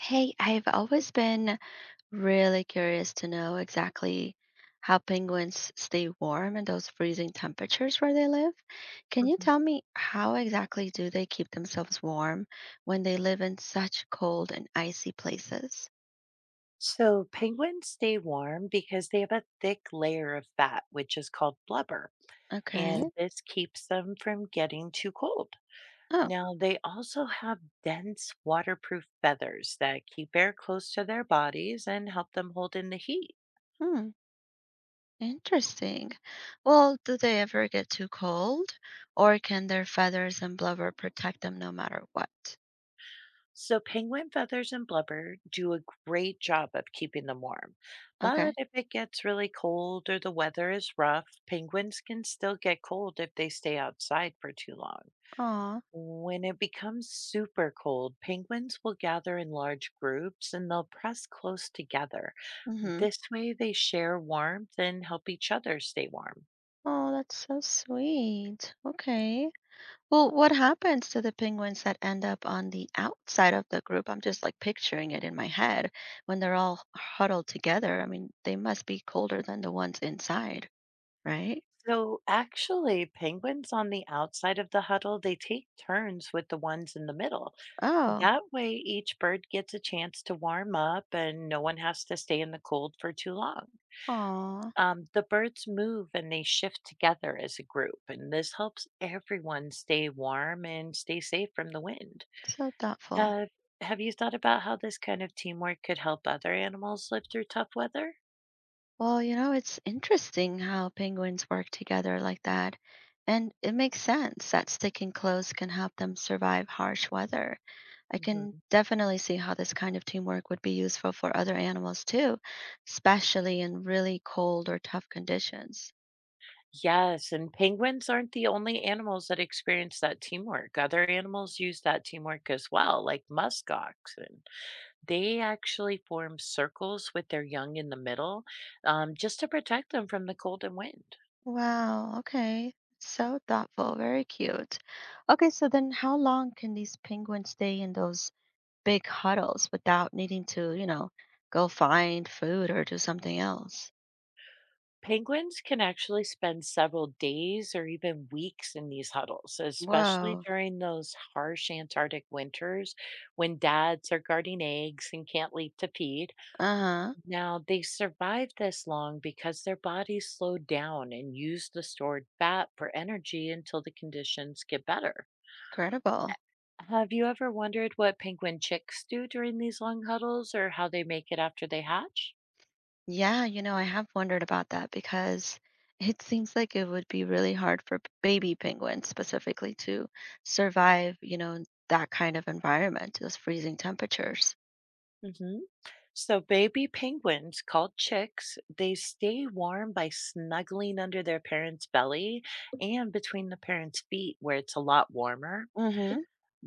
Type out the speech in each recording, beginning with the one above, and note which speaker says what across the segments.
Speaker 1: Hey, I've always been really curious to know exactly how penguins stay warm in those freezing temperatures where they live. Can you
Speaker 2: Mhm.
Speaker 1: tell me how exactly do they keep themselves warm when they live in such cold and icy places?
Speaker 2: So penguins stay warm because they have a thick layer of fat, which is called blubber,
Speaker 1: Okay.
Speaker 2: and this keeps them from getting too cold.
Speaker 1: Oh,
Speaker 2: Now, they also have dense waterproof feathers that keep air close to their bodies and help them hold in the heat.
Speaker 1: hmm. Interesting. Well, do they ever get too cold, or can their feathers and blubber protect them no matter what?
Speaker 2: So, penguin feathers and blubber do a great job of keeping them warm. But
Speaker 1: Okay.
Speaker 2: if it gets really cold or the weather is rough, penguins can still get cold if they stay outside for too long.
Speaker 1: Aw.
Speaker 2: When it becomes super cold, penguins will gather in large groups and they'll press close together.
Speaker 1: Mm-hmm.
Speaker 2: This way, they share warmth and help each other stay warm.
Speaker 1: Oh, that's so sweet. Okay. Well, what happens to the penguins that end up on the outside of the group? I'm just like picturing it in my head when they're all huddled together. I mean, they must be colder than the ones inside, right?
Speaker 2: So, actually, penguins on the outside of the huddle, they take turns with the ones in the middle.
Speaker 1: Oh,
Speaker 2: That way, each bird gets a chance to warm up and no one has to stay in the cold for too long.
Speaker 1: aw,
Speaker 2: The birds move and they shift together as a group, and this helps everyone stay warm and stay safe from the wind.
Speaker 1: so thoughtful.
Speaker 2: Uh, have you thought about how this kind of teamwork could help other animals live through tough weather?
Speaker 1: Well, it's interesting how penguins work together like that. And it makes sense that sticking close can help them survive harsh weather. I can
Speaker 2: Mhm.
Speaker 1: definitely see how this kind of teamwork would be useful for other animals too, especially in really cold or tough conditions.
Speaker 2: Yes, and penguins aren't the only animals that experience that teamwork. Other animals use that teamwork as well, like muskox and they actually form circles with their young in the middle, just to protect them from the cold and wind.
Speaker 1: Wow, okay. So thoughtful, very cute. Okay, so then how long can these penguins stay in those big huddles without needing to go find food or do something else?
Speaker 2: Penguins can actually spend several days or even weeks in these huddles, especially
Speaker 1: Whoa.
Speaker 2: during those harsh Antarctic winters when dads are guarding eggs and can't leave to feed.
Speaker 1: Uh-huh.
Speaker 2: Now, they survive this long because their bodies slow down and use the stored fat for energy until the conditions get better.
Speaker 1: Incredible.
Speaker 2: Have you ever wondered what penguin chicks do during these long huddles or how they make it after they hatch?
Speaker 1: Yeah, I have wondered about that because it seems like it would be really hard for baby penguins specifically to survive in that kind of environment, those freezing temperatures.
Speaker 2: hmm So baby penguins called chicks, they stay warm by snuggling under their parents' belly and between the parents' feet where it's a lot warmer.
Speaker 1: Mm-hmm.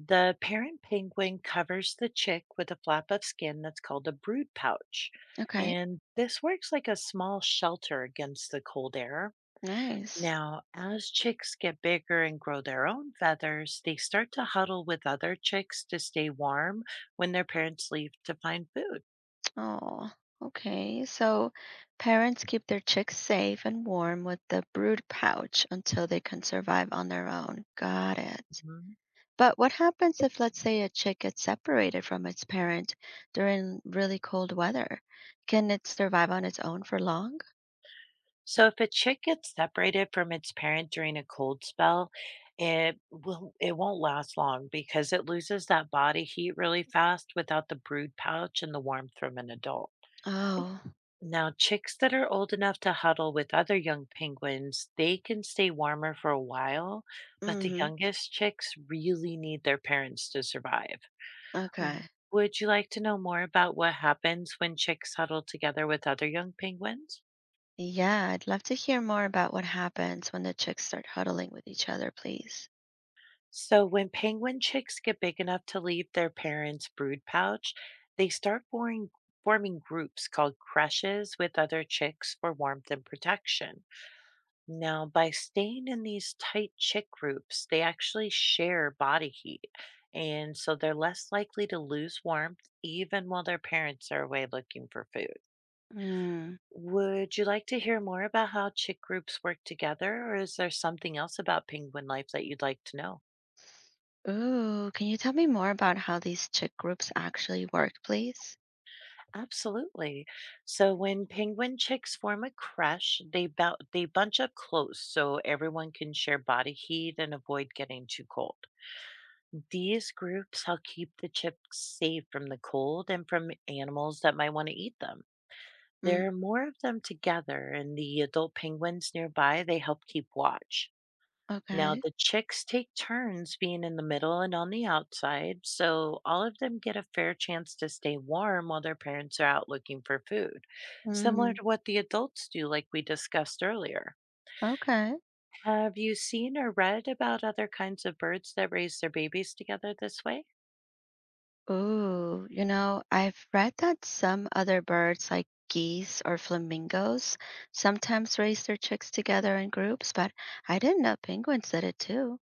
Speaker 2: The parent penguin covers the chick with a flap of skin that's called a brood pouch.
Speaker 1: Okay.
Speaker 2: And this works like a small shelter against the cold air.
Speaker 1: Nice.
Speaker 2: Now, as chicks get bigger and grow their own feathers, they start to huddle with other chicks to stay warm when their parents leave to find food.
Speaker 1: Oh, okay. So parents keep their chicks safe and warm with the brood pouch until they can survive on their own. Got it.
Speaker 2: Mm-hmm.
Speaker 1: But what happens if, let's say, a chick gets separated from its parent during really cold weather? Can it survive on its own for long?
Speaker 2: So if a chick gets separated from its parent during a cold spell, it won't last long because it loses that body heat really fast without the brood pouch and the warmth from an adult.
Speaker 1: Oh,
Speaker 2: Now, chicks that are old enough to huddle with other young penguins, they can stay warmer for a while, but the
Speaker 1: mm-hmm.
Speaker 2: youngest chicks really need their parents to survive.
Speaker 1: Okay.
Speaker 2: W- Would you like to know more about what happens when chicks huddle together with other young penguins?
Speaker 1: Yeah, I'd love to hear more about what happens when the chicks start huddling with each other, please.
Speaker 2: So, when penguin chicks get big enough to leave their parents' brood pouch, they start forming groups called creches with other chicks for warmth and protection. Now, by staying in these tight chick groups, they actually share body heat. And so they're less likely to lose warmth even while their parents are away looking for food.
Speaker 1: Mm.
Speaker 2: Would you like to hear more about how chick groups work together, or is there something else about penguin life that you'd like to know?
Speaker 1: Ooh, can you tell me more about how these chick groups actually work, please?
Speaker 2: Absolutely. So when penguin chicks form a crush, they bunch up close so everyone can share body heat and avoid getting too cold. These groups help keep the chicks safe from the cold and from animals that might want to eat them. There
Speaker 1: Mm,
Speaker 2: are more of them together, and the adult penguins nearby, they help keep watch. Now,
Speaker 1: okay.
Speaker 2: the chicks take turns being in the middle and on the outside, so all of them get a fair chance to stay warm while their parents are out looking for food, similar
Speaker 1: Mm,
Speaker 2: to what the adults do, like we discussed earlier.
Speaker 1: okay.
Speaker 2: Have you seen or read about other kinds of birds that raise their babies together this way?
Speaker 1: Ooh, I've read that some other birds, like geese or flamingos, sometimes raise their chicks together in groups, but I didn't know penguins did it too.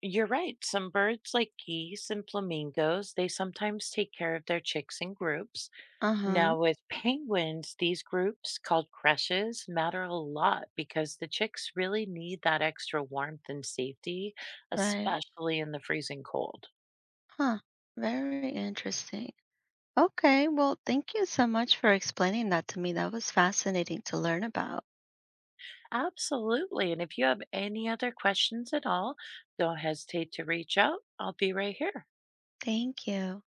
Speaker 2: You're right. Some birds, like geese and flamingos, they sometimes take care of their chicks in groups.
Speaker 1: Uh-huh,
Speaker 2: Now, with penguins, these groups called creches matter a lot because the chicks really need that extra warmth and safety,
Speaker 1: right.
Speaker 2: especially in the freezing cold.
Speaker 1: Huh. Very interesting. Okay, well, thank you so much for explaining that to me. That was fascinating to learn about.
Speaker 2: Absolutely. And if you have any other questions at all, don't hesitate to reach out. I'll be right here.
Speaker 1: Thank you.